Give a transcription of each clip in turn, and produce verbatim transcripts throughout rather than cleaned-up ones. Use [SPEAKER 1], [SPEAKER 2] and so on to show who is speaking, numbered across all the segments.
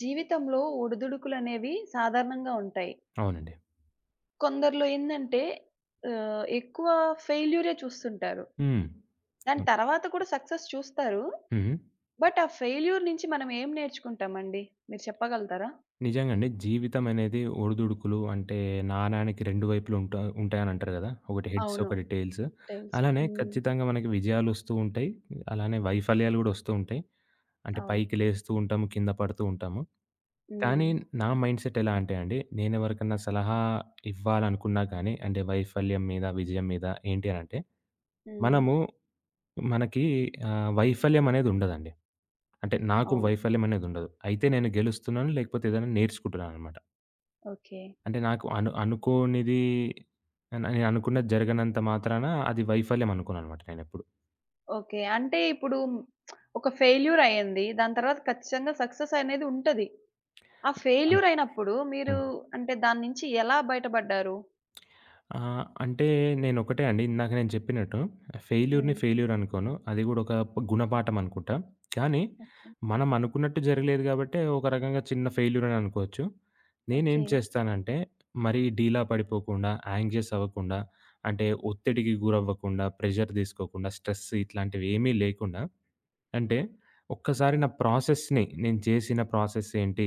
[SPEAKER 1] జీవితంలో ఒడిదుడుకులనేవి సాధారణంగా ఉంటాయి.
[SPEAKER 2] అవునండి.
[SPEAKER 1] కొందరిలో ఏందంటే ఆహ్, ఎక్కువ ఫెయిల్యూరే చూస్తుంటారు.
[SPEAKER 2] హ్మ్.
[SPEAKER 1] దాని
[SPEAKER 2] హ్మ్.
[SPEAKER 1] తర్వాత కూడా సక్సెస్ చూస్తారు.
[SPEAKER 2] హ్మ్.
[SPEAKER 1] బట్ ఆ ఫెయిల్యూర్ నుంచి మనం ఏం నేర్చుకుంటామండి? మీరు చెప్పగలుగుతారా?
[SPEAKER 2] నిజంగా అండి. జీవితం అనేది ఒడిదుడుకులు అంటే నాణానికి రెండు వైపులు ఉంటా ఉంటాయని అంటారు గదా! ఒకటి హెడ్స్,
[SPEAKER 1] అవును.
[SPEAKER 2] ఒకటి టెయిల్స్.
[SPEAKER 1] టైల్స్.
[SPEAKER 2] అలానే
[SPEAKER 1] హ్మ్.
[SPEAKER 2] ఖచ్చితంగా మనకి విజయాలొస్తూ ఉంటాయి. అలానే వైఫల్యాలు గూడా ఒస్తూ ఉంటాయి. అంటే
[SPEAKER 1] అవును.
[SPEAKER 2] పైకి లేస్తూ ఉంటాము, కింద పడుతూ ఉంటాము.
[SPEAKER 1] హ్మ్.
[SPEAKER 2] కానీ నా మైండ్ సెట్ ఎలా అంటే అండి, నేనెవరికన్నా సలహా ఇవ్వాలనుకున్నా కానీ అంటే వైఫల్యం మీద, విజయం మీద ఏంటి అనంటే
[SPEAKER 1] హ్మ్.
[SPEAKER 2] మనము మనకి ఆహ్, వైఫల్యం అనేదుండదండి. అంటే నాకు
[SPEAKER 1] అవును.
[SPEAKER 2] వైఫల్యం అనేదుండదు. అయితే నేను గెలుస్తున్నాను, లేకపోతే ఏదైనా నేర్చుకుంటున్నాననమాట.
[SPEAKER 1] ఓకే.
[SPEAKER 2] అంటే నాకు అను అనుకోనిది నేను అనుకున్నది జరగనంత మాత్రాన అది వైఫల్యం అనుకోననమాట నేనెప్పుడు.
[SPEAKER 1] ఓకే. అంటే ఇప్పుడు ఒక ఫెయిల్యూర్ అయింది. దాని తర్వాత ఖచ్చితంగా సక్సెస్ అనేది ఉంటది. ఆ
[SPEAKER 2] అన్
[SPEAKER 1] ఫెయిల్యూర్ అయినప్పుడు మీరు
[SPEAKER 2] హ్మ్.
[SPEAKER 1] అంటే దాని నుంచి ఎలా బయటపడ్డారు?
[SPEAKER 2] ఆ! అంటే నేనొకటే అండి. ఇందాక నేను చెప్పినట్టు ఫెయిల్యూర్‌ని
[SPEAKER 1] హ్మ్.
[SPEAKER 2] ఫెయిల్యూర్ అనుకోను. అది గూడా ఒక ప్ గుణపాఠం అనుకుంటా. కానీ
[SPEAKER 1] ఓకే.
[SPEAKER 2] మనం అనుకున్నట్టు జరగలేదు గాబట్టే ఒక రకంగా చిన్న ఫెయిల్యూర్ అని అనుకోవచ్చు. నేనేం
[SPEAKER 1] ఓకే.
[SPEAKER 2] చేస్తానంటే మరీ డీలా పడిపోకుండా, యాంగ్షియస్ అవ్వకుండా, అంటే ఒత్తిడికి గురవ్వకుండా, ప్రెషర్ తీసుకోకుండా, స్ట్రెస్ ఇట్లాంటివి ఏమీ లేకుండా అంటే ఒక్కసారి నా ప్రాసెస్‌ని నేను చేసిన ప్రాసెస్ ఏంటి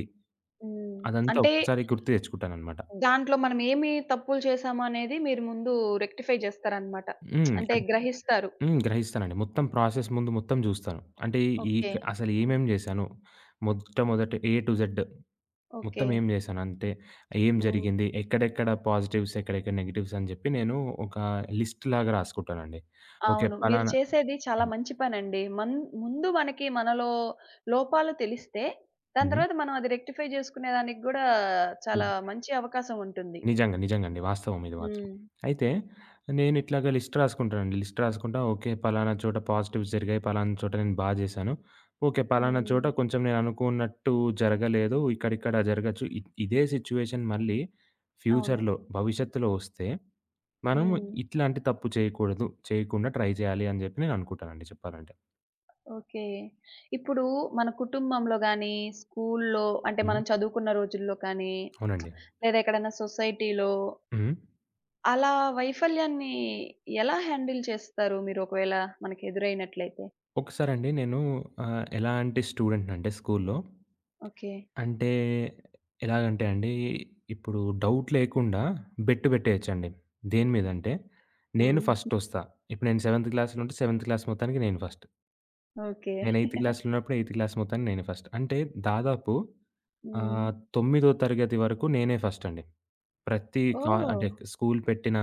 [SPEAKER 1] హ్మ్.
[SPEAKER 2] అదంతా
[SPEAKER 1] అంటే
[SPEAKER 2] ఒక్కసారి గుర్తు తెచ్చుకుంటాననమాట.
[SPEAKER 1] దాంట్లో మనం ఏమి తప్పులు చేశాము అనేది మీరు ముందు రెక్టిఫై చేస్తారనమాట.
[SPEAKER 2] హ్మ్.
[SPEAKER 1] అంటే
[SPEAKER 2] అంటే
[SPEAKER 1] గ్రహిస్తారు.
[SPEAKER 2] హ్మ్. గ్రహిస్తానండి. మొత్తం ప్రాసెస్ ముందు మొత్తం జూస్తాను. అంటే ఈ
[SPEAKER 1] ఓకే.
[SPEAKER 2] క్ అసలు ఏమేం జేశాను? మొట్టమొదట ఏ టు జెడ్
[SPEAKER 1] ఓకే.
[SPEAKER 2] మొత్తం ఏం జేశాను అంటే, ఏం
[SPEAKER 1] హ్మ్.
[SPEAKER 2] జరిగింది? ఎక్కడెక్కడ పాజిటివ్స్, ఎక్కడెక్కడ నెగెటివ్స్ అని జెప్పి నేను ఒక లిస్ట్ లాగా రాసుకుంటానండి. ఓకే.
[SPEAKER 1] అవును. మీరు
[SPEAKER 2] పలానా
[SPEAKER 1] చేసేది చాలా
[SPEAKER 2] హ్మ్.
[SPEAKER 1] మంచి పనండి. మన్ ముందు మనకి మనలో లోపాలు తెలిస్తే, దాని
[SPEAKER 2] హ్మ్.
[SPEAKER 1] తర్వాత మనం అది రెక్టిఫై చేసుకునే దానికి గూడా చాలా మంచి అవకాశం ఉంటుంది.
[SPEAKER 2] నిజంగా. నిజంగండి. వాస్తవం ఇది మాత్రం.
[SPEAKER 1] హ్మ్.
[SPEAKER 2] అయితే నేను ఇట్లాగా లిస్ట్ రాసుకుంటానండి. లిస్ట్ రాసుకుంటా ఓకే. పలానా చోట పాజిటివ్స్ జరిగాయి. పలానా చోట నేను బా జేశాను. ఓకే. పలానా
[SPEAKER 1] హ్మ్.
[SPEAKER 2] చోట కొంచెం నేను అనుకున్నట్టు జరగలేదు. ఇక్కడిక్కడ జరగచ్చు. ఇ ఇదే సిట్యుయేషన్ మళ్ళీ
[SPEAKER 1] అవును.
[SPEAKER 2] ఫ్యూచర్‌లో భవిష్యత్తులో వస్తే మనం
[SPEAKER 1] హ్మ్.
[SPEAKER 2] ఇట్లాంటి తప్పు చేయకూడదు. చేయకుండా ట్రై చేయాలి అని జెప్పి నేను అనుకుంటానండి చెప్పాలంటే.
[SPEAKER 1] ఓకే. ఇప్పుడు మన కుటుంబంలో గానీ, స్కూల్లో అంటే
[SPEAKER 2] హ్మ్.
[SPEAKER 1] మనం చదువుకున్న రోజుల్లో కానీ,
[SPEAKER 2] అవునండి.
[SPEAKER 1] లేదా ఎక్కడైనా సొసైటీలో
[SPEAKER 2] హ్మ్.
[SPEAKER 1] అలా వైఫల్యాన్ని ఎలా హ్యాండిల్ చేస్తారు మీరు ఒకవేళ మనకి ఎదురైనట్లయితే?
[SPEAKER 2] ఒకసారండి నేను ఆహ్, ఎలాంటి స్టూడెంట్‌నంటే స్కూల్లో
[SPEAKER 1] ఓకే.
[SPEAKER 2] అంటే ఎలాగంటే అండి, ఇప్పుడు డౌట్ లేకుండా బెట్ బెట్టేయొచ్చండి. దేని మీదంటే, నేను
[SPEAKER 1] హ్మ్.
[SPEAKER 2] ఫస్టొస్తా. ఇప్పుడు నేను సెవెంత్ క్లాస్‌లో ఉంటే, సెవెంత్ క్లాస్ మొత్తానికి నేను ఫస్ట్.
[SPEAKER 1] ఓకే.
[SPEAKER 2] నేను ఎయిత్ క్లాస్‌లో ఉన్నప్పుడు, ఎయిత్ క్లాస్ మొత్తానికి నేను ఫస్ట్. అంటే దాదాపు
[SPEAKER 1] హ్మ్.
[SPEAKER 2] ఆహ్, తొమ్మిదో తరగతి వరకు నేనే ఫస్టండి. ప్రతి కా
[SPEAKER 1] ఓహ్!
[SPEAKER 2] అంటే స్కూల్ పెట్టిన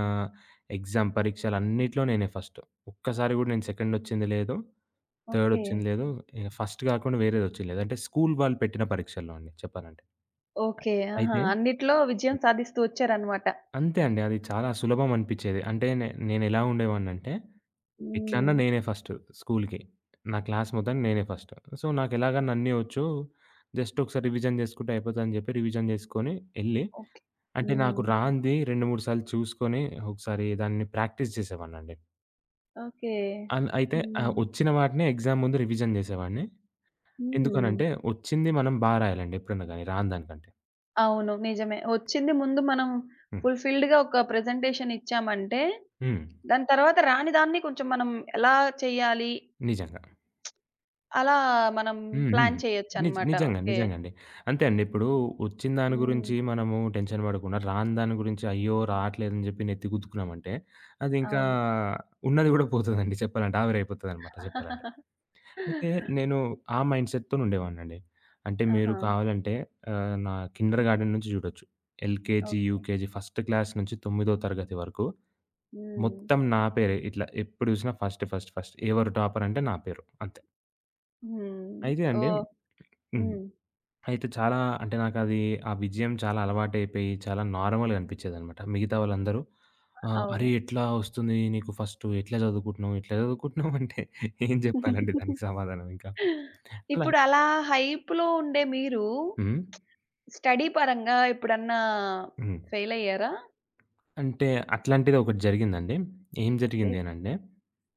[SPEAKER 2] ఎగ్జామ్ పరీక్షలన్నిట్లో నేనే ఫస్ట్. ఒక్కసారి గూడా నేను సెకండొచ్చింది లేదు.
[SPEAKER 1] ఓకే.
[SPEAKER 2] థర్డొచ్చింది లేదు. ఇక ఫస్ట్ గాకుండా వేరేదొచ్చింది లేదు. అంటే స్కూల్ వాళ్ళు పెట్టిన పరీక్షల్లో అండి చెప్పాలంటే.
[SPEAKER 1] ఓకే. ఆహా!
[SPEAKER 2] అయితే
[SPEAKER 1] అన్నిట్లో విజయం సాధిస్తూ వచ్చారనమాట.
[SPEAKER 2] అంతే అండి. అది చాలా సులభం అనిపిచ్చేది. అంటే నే నేనెలా ఉండేవాడినంటే,
[SPEAKER 1] హ్మ్.
[SPEAKER 2] ఎట్లన్నా నేనే ఫస్ట్ స్కూల్‌కి. నా క్లాస్ మొత్తానికి నేనే ఫస్ట్. సో, నాకెలాగన్నా అన్నీ వచ్చు. జస్ట్ ఒకసారి రివిజన్ జేసుకుంటే అయిపోతదని జెప్పి రివిజన్ జేసుకొని ఎళ్లి,
[SPEAKER 1] ఓకే.
[SPEAKER 2] అంటే నాకు
[SPEAKER 1] హ్మ్.
[SPEAKER 2] రానిది రెండు, మూడు సార్లు చూసుకొని, ఒకసారి దాన్ని ప్రాక్టీస్ జేసేవాడినండి.
[SPEAKER 1] ఓకే.
[SPEAKER 2] అన్ అయితే ఆహ్,
[SPEAKER 1] హ్మ్.
[SPEAKER 2] వచ్చిన వాటినే ఎగ్జామ్ ముందు రివిజన్ జేసేవాడిని.
[SPEAKER 1] హ్మ్.
[SPEAKER 2] ఎందుకనంటే, వచ్చింది మనం బా రాయాలండి ఎప్పుడన్నా గాని రాని దానికంటే.
[SPEAKER 1] అవును. నిజమే. వచ్చింది ముందు మనం
[SPEAKER 2] హ్మ్.
[SPEAKER 1] ఫుల్‌ఫిల్‌డ్‌గా ఒక ప్రెజెంటేషన్ ఇచ్చామంటే,
[SPEAKER 2] హ్మ్.
[SPEAKER 1] దాని తర్వాత రాని దాన్ని కొంచెం మనం ఎలా చెయ్యాలి,
[SPEAKER 2] నిజంగా.
[SPEAKER 1] అలా మనం
[SPEAKER 2] హ్మ్. హ్మ్.
[SPEAKER 1] ప్లాన్
[SPEAKER 2] నిజ
[SPEAKER 1] చేయొచ్చనమాట.
[SPEAKER 2] నిజంగా.
[SPEAKER 1] ఓకే.
[SPEAKER 2] నిజంగండి. అంతే అండి. ఇప్పుడు వచ్చిన దాని
[SPEAKER 1] హ్మ్.
[SPEAKER 2] గురించి మనము టెన్షన్ పడకుండా, రాని దాని గురించి అయ్యో! రావట్లేదని చెప్పి నెత్తి గుద్దుకున్నామంటే, అది ఇంకా
[SPEAKER 1] అవును.
[SPEAKER 2] ఉన్నది గూడా పోతదండి చెప్పాలంటే. ఆవిరైపోతదనమాట చెప్పాలంటే. అయితే నేను ఆ మైండ్‌సెట్‌తోని ఉండేవాడినండి. అంటే మీరు
[SPEAKER 1] ఆహా!
[SPEAKER 2] కావాలంటే ఆహ్, నా కిండర్‌గార్టెన్ నుంచి చూడొచ్చు. LKG,
[SPEAKER 1] okay.
[SPEAKER 2] UKG first class నుంచి తొమ్మిదో తరగతి వరకు
[SPEAKER 1] హ్మ్.
[SPEAKER 2] మొత్తం నా పేరే. ఇట్లా ఎప్పుడు చూసినా ఫస్ట్, ఫస్ట్, ఫస్ట్ ఎవరు టాపర్ అంటే నా పేరు అంతే.
[SPEAKER 1] హ్మ్.
[SPEAKER 2] అయితే అండి
[SPEAKER 1] ఓహ్!
[SPEAKER 2] హ్మ్.
[SPEAKER 1] హ్మ్.
[SPEAKER 2] అయితే చాలా అంటే నాకది ఆ విజయం చాలా అలవాటైపోయి, చాలా నార్మల్‌గా అనిపిచ్చేదనమాట. మిగతా వాళ్ళందరూ ఆహ్, "అరే!
[SPEAKER 1] అవును.
[SPEAKER 2] ఎట్లా వస్తుంది నీకు ఫస్టు? ఎట్లా చదువుకుంటున్నావు? ఎట్లా చదువుకుంటున్నావు?" అంటే ఏం జెప్పాలండి దానికి సమాధానం ఇంకా. అలా
[SPEAKER 1] ఇప్పుడు అలా హైప్‌లో ఉండే మీరు
[SPEAKER 2] హ్మ్.
[SPEAKER 1] స్టడీ పరంగా ఎప్పుడన్నా
[SPEAKER 2] హ్మ్.
[SPEAKER 1] ఫెయిల్ అయ్యారా?
[SPEAKER 2] అంటే అట్లాంటిది ఒకటి జరిగిందండి. ఏం
[SPEAKER 1] ఓకే.
[SPEAKER 2] జరిగింది అనంటే,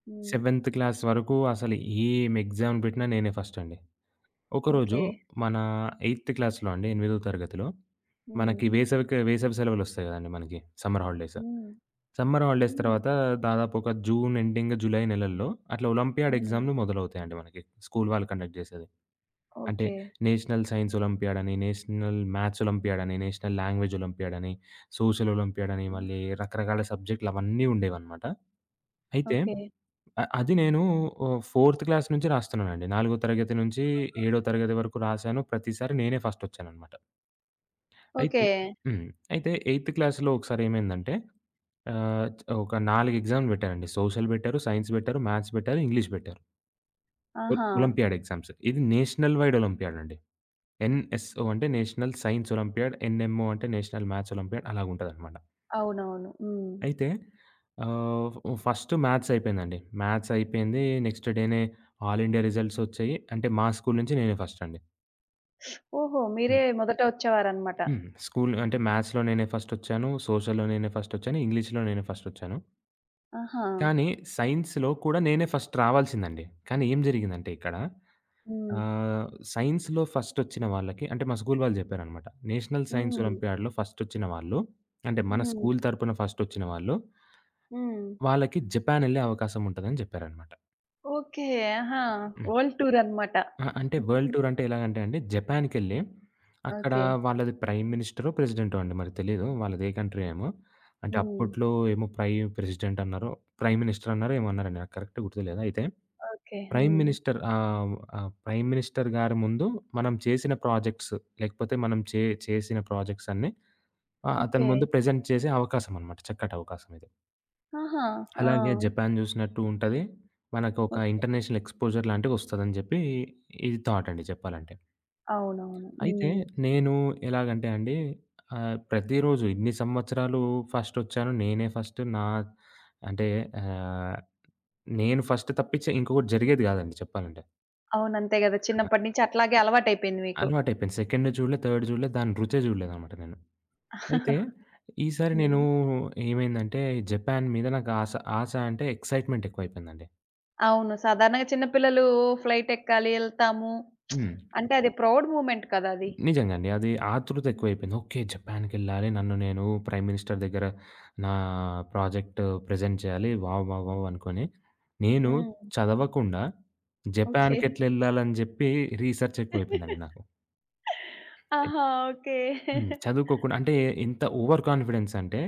[SPEAKER 1] హ్మ్.
[SPEAKER 2] సెవెంత్ క్లాస్ వరకు అసలు ఏం ఎగ్జామ్ పెట్టినా నేనే ఫస్టండి. ఒకరోజు
[SPEAKER 1] ఓకే.
[SPEAKER 2] మన ఎయిత్ క్లాస్‌లో అండి, ఎనిమిదో తరగతిలో
[SPEAKER 1] హ్మ్.
[SPEAKER 2] మనకి వేసవికి వేసవి సెలవులొస్తాయి గదండీ మనకి సమ్మర్ హాలిడేస్.
[SPEAKER 1] హ్మ్.
[SPEAKER 2] సమ్మర్ హాలిడేస్
[SPEAKER 1] హ్మ్.
[SPEAKER 2] తర్వాత దాదాపు ఒక జూన్ ఎండింగ్, జూలై నెలల్లో అట్లా ఒలింపియాడ్
[SPEAKER 1] హ్మ్.
[SPEAKER 2] ఎగ్జామ్‌లు మొదలవుతాయండి మనకి. స్కూల్ వాళ్ళు కండక్ట్ జేసేది. అంటే
[SPEAKER 1] ఓకే.
[SPEAKER 2] నేషనల్ సైన్స్ ఒలింపియాడ్ అని, నేషనల్ మ్యాథ్స్ ఒలింపియాడ్ అని, నేషనల్ లాంగ్వేజ్ ఒలింపియాడ్ అని, సోషల్ ఒలింపియాడ్ అని,
[SPEAKER 1] హ్మ్.
[SPEAKER 2] మళ్ళీ రకరకాల సబ్జెక్టులు అవన్నీ ఉండేవన్నమాట. అయితే
[SPEAKER 1] ఓకే.
[SPEAKER 2] అ అది నేను ఆహ్, ఫోర్త్ క్లాస్ నుంచి రాస్తున్నానండి. నాలుగో తరగతి నుంచి ఏడో తరగతి వరకు రాసాను. ప్రతిసారి నేనే ఫస్ట్ వచ్చానన్నమాట. అయితే
[SPEAKER 1] ఓకే.
[SPEAKER 2] హ్మ్. అయితే ఎనిమిదో క్లాస్‌లో ఒకసారేమైందంటే ఆహ్, చ్ ఒక నాలుగు ఎగ్జామ్‌లు పెట్టారండి. సోషల్ బెట్టారు, సైన్స్ బెట్టారు, మ్యాథ్స్ బెట్టారు, ఇంగ్లీష్ బెట్టారు. ఒ
[SPEAKER 1] ఆహా!
[SPEAKER 2] Olympiad exams. ఇది నేషనల్ వైడ్ ఒలింపియాడ్ అండి. ఎన్ఎస్ఓ అంటే నేషనల్ సైన్స్ ఒలింపియాడ్, ఎన్ఎంఓ అంటే నేషనల్ మ్యాథ్స్ ఒలింపియాడ్ అలాగుంటదనమాట.
[SPEAKER 1] అవునవును. హ్మ్.
[SPEAKER 2] అయితే ఆహ్, ఫ్ ఫస్ట్ మ్యాథ్స్ అయిపోయిందండి. మ్యాథ్స్ అయిపోయింది. నెక్స్ట్ డేనే ఆల్ ఇండియా రిజల్ట్స్ ఒచ్చాయి. అంటే మా స్కూల్ నుంచి నేనే ఫస్ట్ అండి.
[SPEAKER 1] ఓహో! మీరే
[SPEAKER 2] హ్మ్.
[SPEAKER 1] మొదట వచ్చేవారనమాట.
[SPEAKER 2] హ్మ్. స్కూల్ అంటే మ్యాథ్స్‌లో నేనే ఫస్టొచ్చాను. సోషల్‌లో నేనే ఫస్టొచ్చాను. ఇంగ్లీష్‌లో నేనే ఫస్టొచ్చాను.
[SPEAKER 1] ఆహా!
[SPEAKER 2] కానీ సైన్స్‌లో కూడా నేనే ఫస్ట్ రావాల్సిందండి. కానీ ఏం జరిగిందంటే ఇక్కడ
[SPEAKER 1] హ్మ్.
[SPEAKER 2] ఆహ్, సైన్స్‌లో ఫస్టొచ్చిన వాళ్ళకి అంటే మా స్కూల్ వాళ్ళు జెప్పారనమాట. నేషనల్ సైన్స్
[SPEAKER 1] హ్మ్.
[SPEAKER 2] ఒలింపియాడ్‌లో ఫస్టొచ్చిన వాళ్ళు అంటే మన
[SPEAKER 1] హ్మ్.
[SPEAKER 2] స్కూల్ తరపున ఫస్టొచ్చిన వాళ్ళు,
[SPEAKER 1] హ్మ్.
[SPEAKER 2] వాళ్ళకి జపాన్ ఎళ్ళే అవకాశం ఉంటదని జెప్పారనమాట.
[SPEAKER 1] ఓకే. ఆహా!
[SPEAKER 2] హ్మ్.
[SPEAKER 1] వరల్డ్ టూర్ అనమాట.
[SPEAKER 2] ఆ! అంటే వరల్డ్ టూర్ అంటే ఎలాగంటే అండి జపాన్‌కెళ్ళి అక్కడ
[SPEAKER 1] ఓకే.
[SPEAKER 2] వాళ్ళది ప్రైమ్ మినిస్టరో, ప్రెసిడెంటో అండి మరి తెలీదు. వాళ్ళదే కంట్రీ ఏమో. అంటే
[SPEAKER 1] హ్మ్.
[SPEAKER 2] అప్పట్లో ఏమో ప్రై ప్రెసిడెంట్ అన్నారో, ప్రైమ్ మినిస్టర్ అన్నారో ఏమో అన్నారండి. నాకు కరెక్ట్‌గా గుర్తులేదు. అయితే
[SPEAKER 1] ఓకే.
[SPEAKER 2] ప్రైమ్
[SPEAKER 1] హ్మ్.
[SPEAKER 2] మినిస్టర్ ఆహ్, ఆహ్, ప్రైమ్ మినిస్టర్ గారి ముందు మనం చేసిన ప్రాజెక్ట్స్, లేకపోతే మనం చే చేసిన ప్రాజెక్ట్స్ అన్నీ ఆహ్, అతని
[SPEAKER 1] ఓకే.
[SPEAKER 2] ముందు ప్రెజెంట్ చేసే అవకాశం అనమాట. చక్కటి అవకాశం ఇది.
[SPEAKER 1] ఆహా! ఆ!
[SPEAKER 2] అలాగే జపాన్ చూసినట్టు ఉంటది. మనకొక
[SPEAKER 1] ఓకే.
[SPEAKER 2] ఇంటర్నేషనల్ ఎక్స్‌పోజర్ లాంటిదొస్తదని చెప్పి ఇది థాట్ అండి చెప్పాలంటే.
[SPEAKER 1] అవునవును.
[SPEAKER 2] అయితే
[SPEAKER 1] హ్మ్.
[SPEAKER 2] నేను ఎలాగంటే అండి ఆహ్, ప్రతిరోజు ఇన్ని సంవత్సరాలు ఫస్టొచ్చాను. నేనే ఫస్ట్ నా అంటే ఆహ్, నేను ఫస్ట్ తప్పించి ఇంకొకటి జరిగేది కాదండి చెప్పాలంటే.
[SPEAKER 1] అవును. అంతే గదా! చిన్నప్పటి నుంచి అట్లాగే అలవాటయిపోయింది మీకు.
[SPEAKER 2] అలవాటయిపోయింది. సెకండ్ చూడలే, థర్డ్ చూడలే, దాని రుచే చూడలేదనమాట నేను. అయితే ఈసారి నేను
[SPEAKER 1] హ్మ్.
[SPEAKER 2] ఏమైందంటే జపాన్ మీద నాకు ఆశ, ఆశ అంటే ఎక్సైట్‌మెంట్ ఎక్కువైపోయిందండి.
[SPEAKER 1] అవును. సాధారణంగా చిన్న పిల్లలు ఫ్లైట్ ఎక్కాలి, ఎళ్తాము.
[SPEAKER 2] హ్మ్.
[SPEAKER 1] అంటే అది ప్రౌడ్ మూమెంట్ కదా అది.
[SPEAKER 2] నిజంగా అండి. అది ఆతృత
[SPEAKER 1] హ్మ్.
[SPEAKER 2] ఎక్కువైపోయింది. ఓకే. జపాన్‌కెళ్ళాలి. నన్ను నేను ప్రైమ్ మినిస్టర్ దగ్గర నా ప్రాజెక్ట్ ప్రెజెంట్ చేయాలి. వావ్! వావ్! వావ్! అనుకోని నేను
[SPEAKER 1] హ్మ్.
[SPEAKER 2] చదవకుండా
[SPEAKER 1] ఓకే.
[SPEAKER 2] జపాన్‌కెట్లెళ్ళాలని చెప్పి రీసెర్చ్ ఎక్కువైపోయిందండి నాకు.
[SPEAKER 1] ఆహా! ఓకే.
[SPEAKER 2] హ్మ్. చదువుకోకుండా అంటే ఎంత ఓవర్ కాన్ఫిడెన్స్ అంటే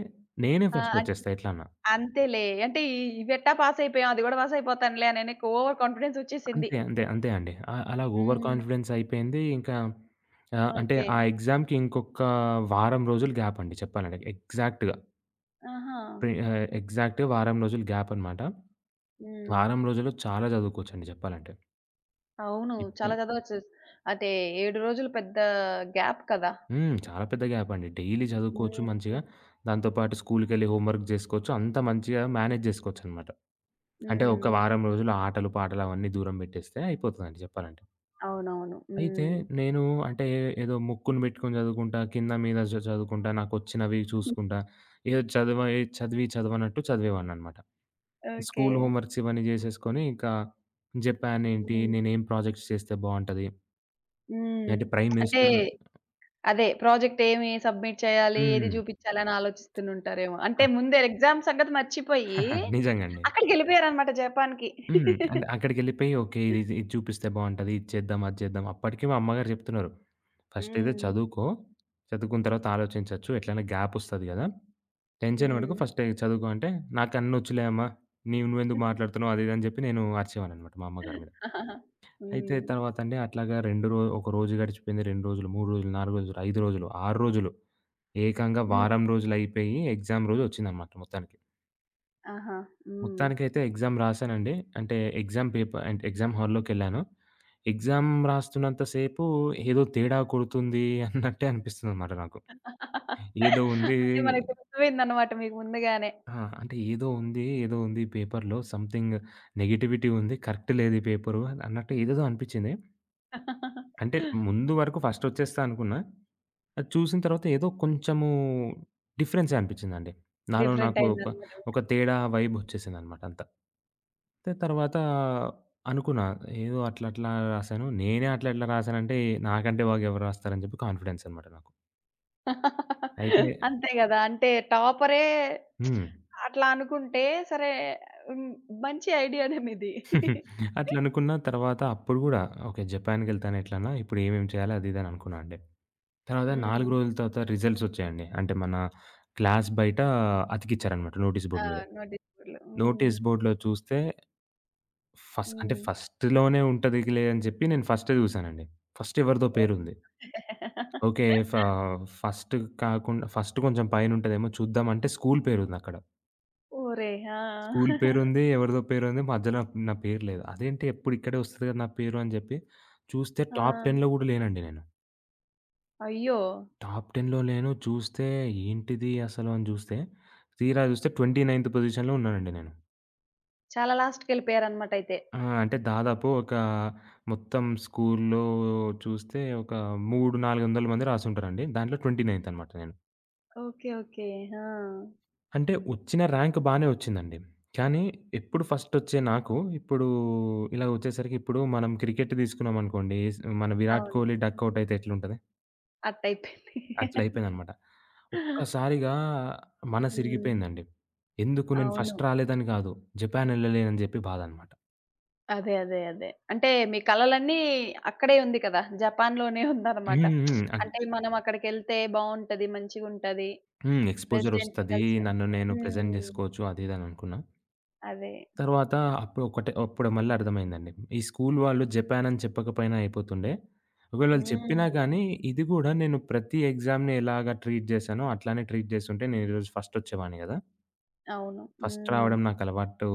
[SPEAKER 2] నేనే
[SPEAKER 1] ఆ!
[SPEAKER 2] ఫస్ట్
[SPEAKER 1] అన్
[SPEAKER 2] వచ్చేస్తా ఎట్లన్నా.
[SPEAKER 1] అంతేలే. అంటే ఈ ఇవెట్టా పాస్ అయిపోయాం, అది గూడా పాస్ అయిపోతానులే అని నీకు ఓవర్ కాన్ఫిడెన్స్ వచ్చేసింది.
[SPEAKER 2] అంతే. అంతే. అంతే అండి. అ అలా ఓవర్
[SPEAKER 1] హ్మ్.
[SPEAKER 2] కాన్ఫిడెన్స్ అయిపోయింది. ఇంకా ఆహ్, అంటే
[SPEAKER 1] ఓకే.
[SPEAKER 2] ఆ ఎగ్జామ్‌కి ఇంకొక వారం రోజులు గ్యాప్ అండి చెప్పాలంటే. ఎగ్జాక్ట్‌గా
[SPEAKER 1] ఆహా!
[SPEAKER 2] ప్రి ఆహ్, ఎగ్జాక్ట్‌గా వారం రోజులు గ్యాప్ అన్నమాట.
[SPEAKER 1] హ్మ్.
[SPEAKER 2] వారం రోజుల్లో చాలా చదువుకోవచ్చండి చెప్పాలంటే.
[SPEAKER 1] అవును. చాలా
[SPEAKER 2] ఇప్పుడు
[SPEAKER 1] చదవచ్చు. అంటే ఏడు రోజులు పెద్ద గ్యాప్ కదా!
[SPEAKER 2] హ్మ్. చాలా పెద్ద గ్యాప్ అండి. డైలీ చదువుకోవచ్చు
[SPEAKER 1] హ్మ్.
[SPEAKER 2] మంచిగా. దాంతో పాటు స్కూల్‌కెళ్ళి హోంవర్క్ జేసుకోవచ్చు. అంతా మంచిగా మేనేజ్ జేసుకోవచ్చనమాట. అంటే ఒక
[SPEAKER 1] హ్మ్.
[SPEAKER 2] వారం రోజులు ఆటలు, పాటలు అవన్నీ దూరం పెట్టేస్తే అయిపోతదండి చెప్పాలంటే.
[SPEAKER 1] అవునవును.
[SPEAKER 2] అయితే
[SPEAKER 1] హ్మ్.
[SPEAKER 2] నేను అంటే ఏదో ముక్కును పెట్టుకొని చదువుకుంటా, కింద మీద చ చదువుకుంటా, నాకొచ్చినవి చూసుకుంటా, ఏదో చదివే చదివి చదవనట్టు చదివేవాడిననమాట.
[SPEAKER 1] ఓకే.
[SPEAKER 2] స్కూల్ హోంవర్క్స్ ఇవన్నీ చేసేసుకొని ఇంకా జపాన్ ఏంటి,
[SPEAKER 1] హ్మ్.
[SPEAKER 2] నేనేం ప్రాజెక్ట్స్ చేస్తే బావుంటది,
[SPEAKER 1] హ్మ్.
[SPEAKER 2] అంటే ప్రైమ్
[SPEAKER 1] అంటే
[SPEAKER 2] మినిస్టర్
[SPEAKER 1] అదే ప్రాజెక్ట్ ఏమి సబ్మిట్ చేయాలి? ఏది
[SPEAKER 2] హ్మ్.
[SPEAKER 1] చూపించాలి? అని ఆలోచిస్తూనుంటారేమో. అంటే ముందే ఎగ్జామ్ సంగతి మర్చిపోయి
[SPEAKER 2] నిజంగా అండి.
[SPEAKER 1] అక్కడికెళ్ళిపోయారన్నమాట జపాన్‌కి.
[SPEAKER 2] హ్మ్. అంటే అక్కడికెళ్ళిపోయి ఓకే. ఇది ఇది చూపిస్తే బావుంటది, ఇది చేద్దాం, అది చేద్దాం. అప్పటికి మా అమ్మగారు చెప్తున్నారు. ఫస్ట్ అయితే
[SPEAKER 1] హ్మ్.
[SPEAKER 2] చదువుకో. చదువుకున్న తర్వాత ఆలోచించొచ్చు. ఎట్లైనా గ్యాపొస్తది గదా! టెన్షన్ పడకు
[SPEAKER 1] హ్మ్.
[SPEAKER 2] ఫస్ట్ చదువుకో అంటే, "నాకన్నొచ్చులే అమ్మ. నీవు నువ్వెందుకు మాట్లాడుతున్నావు?" అది ఇది అని చెప్పి నేను అరిచేవాడిననమాట మా అమ్మగారి మీద. అయితే
[SPEAKER 1] హ్మ్.
[SPEAKER 2] తర్వాత అండి అట్లాగా రెండు రో ఒక రోజు గడిచిపోయింది. రెండు రోజులు, మూడు రోజులు, నాలుగు రోజులు, ఐదు రోజులు, ఆరు రోజులు. ఏకంగా
[SPEAKER 1] హ్మ్.
[SPEAKER 2] వారం రోజులయిపోయి ఎగ్జామ్ రోజు వచ్చిందనమాట మొత్తానికి.
[SPEAKER 1] ఆహా! హ్మ్.
[SPEAKER 2] మొత్తానికైతే ఎగ్జామ్ రాసానండి. అంటే ఎగ్జామ్ పేపర్ అంటే ఎగ్జామ్ హాల్‌లోకెళ్ళాను. ఎగ్జామ్ రాస్తున్నంత సేపు ఏదో తేడా కొడుతుంది అన్నట్టే అనిపిస్తుందనమాట నాకు. ఏదో ఉంది
[SPEAKER 1] అంటే మనకి తెలిసిపోయిందన్నమాట మీకు ముందుగానే.
[SPEAKER 2] ఆ! అంటే ఏదో ఉంది, ఏదో ఉంది ఈ పేపర్‌లో సంథింగ్ నెగటివిటీ ఉంది. కరెక్ట్ లేదు ఈ పేపరు అన్నట్టు ఏదేదో అనిపించింది. అంటే ముందు వరకు ఫస్ట్ వచ్చేస్తా అనుకున్నా. అది చూసిన తర్వాత ఏదో కొంచెము డిఫరెన్సే అనిపించిందండి. నాలో
[SPEAKER 1] డిఫరెంట్
[SPEAKER 2] నాకు ఒక,
[SPEAKER 1] అయిందన్నమాట.
[SPEAKER 2] ఒక తేడా వైబ్ వచ్చేసిందనమాట అంతా. అయితే తర్వాత అనుకున్నా ఏదో అట్లా అట్లా రాసాను. నేనే అట్లా అట్లా రాసానంటే నాకంటే బాగా ఎవరు రాస్తారని చెప్పి కాన్ఫిడెన్స్ అనమాట నాకు. అయితే
[SPEAKER 1] అంతే గదా! అంటే టాపరే
[SPEAKER 2] హ్మ్.
[SPEAKER 1] అట్లా అనుకుంటే సరే హ్మ్. మంచి ఐడియానే మీది.
[SPEAKER 2] అట్లా అనుకున్న తర్వాత అప్పుడు గూడా ఓకే. జపాన్‌కెళ్తాను ఎట్లన్నా. ఇప్పుడు ఏమేమి చేయాలి అది, ఇది అని అనుకున్నా అండి. తర్వాత
[SPEAKER 1] హ్మ్.
[SPEAKER 2] నాలుగు రోజుల తర్వాత రిజల్ట్స్ వచ్చాయండి. అంటే మన క్లాస్ బయట అతికిచ్చారనమాట నోటీస్
[SPEAKER 1] ఆ!
[SPEAKER 2] బోర్డ్ మీద.
[SPEAKER 1] నోటీస్ బోర్డ్‌లో. హ్మ్.
[SPEAKER 2] నోటీస్ బోర్డ్‌లో చూస్తే ఫస్ట్ అంటే
[SPEAKER 1] హ్మ్.
[SPEAKER 2] ఫస్ట్‌లోనే ఉంటదిలే అని చెప్పి నేను ఫస్టే చూసానండి. ఫస్ట్ ఎవరిదో
[SPEAKER 1] ఓహ్!
[SPEAKER 2] పేరుంది. ఓకే. ఫ ఫస్ట్ కాకుండా ఫస్ట్ కొంచెం పైన ఉంటదేమో చూద్దాం అంటే స్కూల్ పేరుందక్కడ.
[SPEAKER 1] ఓరేయ్!
[SPEAKER 2] స్కూల్
[SPEAKER 1] ఆ!
[SPEAKER 2] పేరుంది. ఎవరిదో పేరుంది. మధ్యలో నా పేరు లేదు. అదేంటి ఎప్పుడు ఇక్కడే వస్తది కదా! నా పేరు అని జెప్పి చూస్తే
[SPEAKER 1] ఆ!
[SPEAKER 2] టాప్ 10లో గూడా లేనండి నేను.
[SPEAKER 1] అయ్యో!
[SPEAKER 2] టాప్ 10లో లేను. చూస్తే ఏంటిది అసలు అని జూస్తే, తీరా జూస్తే ఇరవై తొమ్మిదో పొజిషన్‌లో ఉన్నానండి నేను.
[SPEAKER 1] చాలా లాస్ట్‌కెళ్ళిపోయారన్నమాట అయితే.
[SPEAKER 2] ఆ! అంటే దాదాపు ఒక మొత్తం స్కూల్‌లో చూస్తే ఒక మూడు, నాలుగు వందల మంది రాసుంటారండి. దాంట్లో ఇరవై తొమ్మిదో అనమాట నేను.
[SPEAKER 1] ఓకే. ఓకే. ఆ!
[SPEAKER 2] అంటే వచ్చిన ర్యాంక్ బానే వచ్చిందండి. కానీ ఎప్పుడు ఫస్టొచ్చే నాకు, ఇప్పుడు ఇలా వచ్చేసరికి ఇప్పుడు మనం క్రికెట్ తీసుకున్నామనుకోండి, స్ మన 'విరాట్
[SPEAKER 1] అవును.
[SPEAKER 2] కోహ్లీ' డకౌట్ అయితే ఎట్లుంటది?
[SPEAKER 1] అట్టయిపోయింది.
[SPEAKER 2] అట్లయిపోయిందనమాట. ఒక్కసారిగా
[SPEAKER 1] హ్మ్.
[SPEAKER 2] మనసిరిగిపోయిందండి. ఎందుకు నేను
[SPEAKER 1] అవును.
[SPEAKER 2] ఫస్ట్ రాలేదని కాదు, జపాన్ ఎళ్ళలేనని చెప్పి బాధనమాట.
[SPEAKER 1] అదే. అదే. అదే. అంటే మీ కలలన్నీ అక్కడే ఉంది కదా! జపాన్‌లోనే ఉందన్నమాట.
[SPEAKER 2] హ్మ్. హ్మ్. అన్
[SPEAKER 1] అంటే మనం అక్కడికెళ్తే బావుంటది, మంచిగుంటది.
[SPEAKER 2] హ్మ్.
[SPEAKER 1] ప్రెసిడెంట్‌ని
[SPEAKER 2] ఎక్స్‌పోజరొస్తది.
[SPEAKER 1] కలిసిన
[SPEAKER 2] నన్ను నేను ప్రెజెంట్
[SPEAKER 1] హ్మ్.
[SPEAKER 2] జేసుకోవచ్చు అది ఇది అని అనుకున్నా.
[SPEAKER 1] అదే.
[SPEAKER 2] తర్వాత అప్పుడు ఒకటే అప్పుడు మళ్ళీ అర్థమైందండి. ఈ స్కూల్ వాళ్ళు జపాన్ అని చెప్పకపోయినా అయిపోతుండే. ఒకవేళ వాళ్ళు చెప్పినా
[SPEAKER 1] హ్మ్.
[SPEAKER 2] కానీ, ఇది గూడా నేను ప్రతి ఎగ్జామ్‌ని ఎలాగా ట్రీట్ చేశానో అట్లానే ట్రీట్ చేసుంటే నేను ఈరోజు ఫస్ట్ వచ్చేవాడిని కదా!
[SPEAKER 1] అవును.
[SPEAKER 2] ఫస్ట్
[SPEAKER 1] హ్మ్.
[SPEAKER 2] రావడం నాకు అలవాటు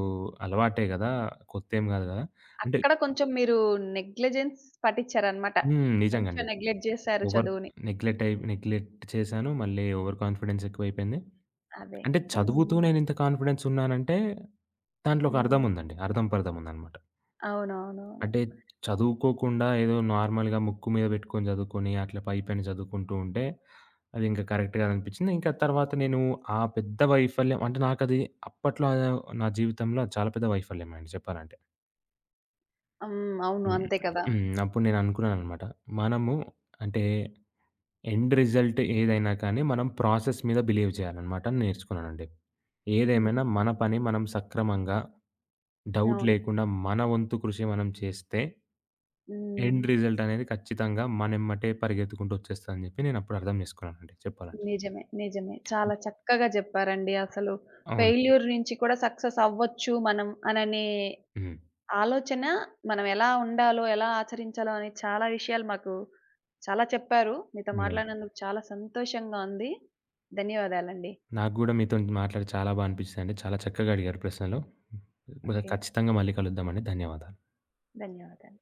[SPEAKER 2] అలవాటే కదా! కొత్తేం కాదు కదా! అంటే
[SPEAKER 1] అక్కడ కొంచెం మీరు నెగ్లిజెన్స్ పటిచ్చారన్నమాట.
[SPEAKER 2] హ్మ్. నిజంగా
[SPEAKER 1] కొంచెం
[SPEAKER 2] అండి.
[SPEAKER 1] నెగ్లెక్ట్ జేశారు
[SPEAKER 2] ఓవర్
[SPEAKER 1] చదువుని.
[SPEAKER 2] నెగ్లెక్ట్ అయి నెగ్లెక్ట్ చేశాను. మళ్ళీ ఓవర్ కాన్ఫిడెన్స్ ఎక్కువైపోయింది.
[SPEAKER 1] అదే.
[SPEAKER 2] అంటే
[SPEAKER 1] హ్మ్.
[SPEAKER 2] చదువుతూ నేను ఇంత కాన్ఫిడెన్స్ ఉన్నానంటే దాంట్లో ఒక అర్థం
[SPEAKER 1] హ్మ్.
[SPEAKER 2] ఉందండి. అర్థం పర్థం ఉందన్నమాట.
[SPEAKER 1] అవునవునవును.
[SPEAKER 2] అంటే
[SPEAKER 1] హ్మ్. అవును.
[SPEAKER 2] చదువుకోకుండా ఏదో నార్మల్‌గా ముక్కు మీద పెట్టుకొని చదువుకొని అట్లా పైపైన చదువుకుంటూ ఉంటే అది ఇంకా కరెక్ట్ కాదనిపించింది. ఇంకా తర్వాత నేను ఆ పెద్ద వైఫల్యం అంటే నాకది అప్పట్లో ఆహ్, నా జీవితంలో అది చాలా పెద్ద వైఫల్యం అండి చెప్పాలంటే.
[SPEAKER 1] ఉమ్, అవును
[SPEAKER 2] హ్మ్.
[SPEAKER 1] అంతే కదా!
[SPEAKER 2] హ్మ్. అప్పుడు నేను అనుకున్నాననమాట. మనము అంటే ఎండ్ రిజల్ట్ ఏదైనా కానీ మనం ప్రాసెస్ మీద బిలీవ్ చేయాలనమాట అని నేర్చుకున్నానండి.
[SPEAKER 1] హ్మ్.
[SPEAKER 2] ఏదేమైనా మన పని మనం సక్రమంగా డౌట్
[SPEAKER 1] అవును.
[SPEAKER 2] లేకుండా మన వంతు కృషి మనం చేస్తే
[SPEAKER 1] హ్మ్.
[SPEAKER 2] ఎండ్ రిజల్ట్ అనేది ఖచ్చితంగా మనెమ్మటే పరిగెత్తుకుంటూ వచ్చేస్తదని జెప్పి నేనప్పుడు అర్థం జేసుకున్నానండి చెప్పాలంటే.
[SPEAKER 1] నిజమే. నిజమే. చాలా చక్కగా జెప్పారండి. అసలు
[SPEAKER 2] అవును.
[SPEAKER 1] ఫెయిల్యూర్ నుంచి కూడా సక్సెస్ అవ్వచ్చు మనం అననే
[SPEAKER 2] హ్మ్.
[SPEAKER 1] ఆలోచన మనం ఎలా ఉండాలో, ఎలా ఆచరించాలో అనే చాలా విషయాలు మాకు చాలా చెప్పారు. మీతో
[SPEAKER 2] అవునండి.
[SPEAKER 1] మాట్లాడినందుకు చాలా సంతోషంగా ఉంది. ధన్యవాదాలండి.
[SPEAKER 2] నాకు గూడా మీతోని మాట్లాడి చాలా బా అనిపిచ్చిందండి. చాలా చక్కగా అడిగారు ప్రశ్నలు.
[SPEAKER 1] ఓకే.
[SPEAKER 2] ఖచ్చితంగా మళ్ళీ కలుద్దామండి. ధన్యవాదాలు.
[SPEAKER 1] ధన్యవాదాలు.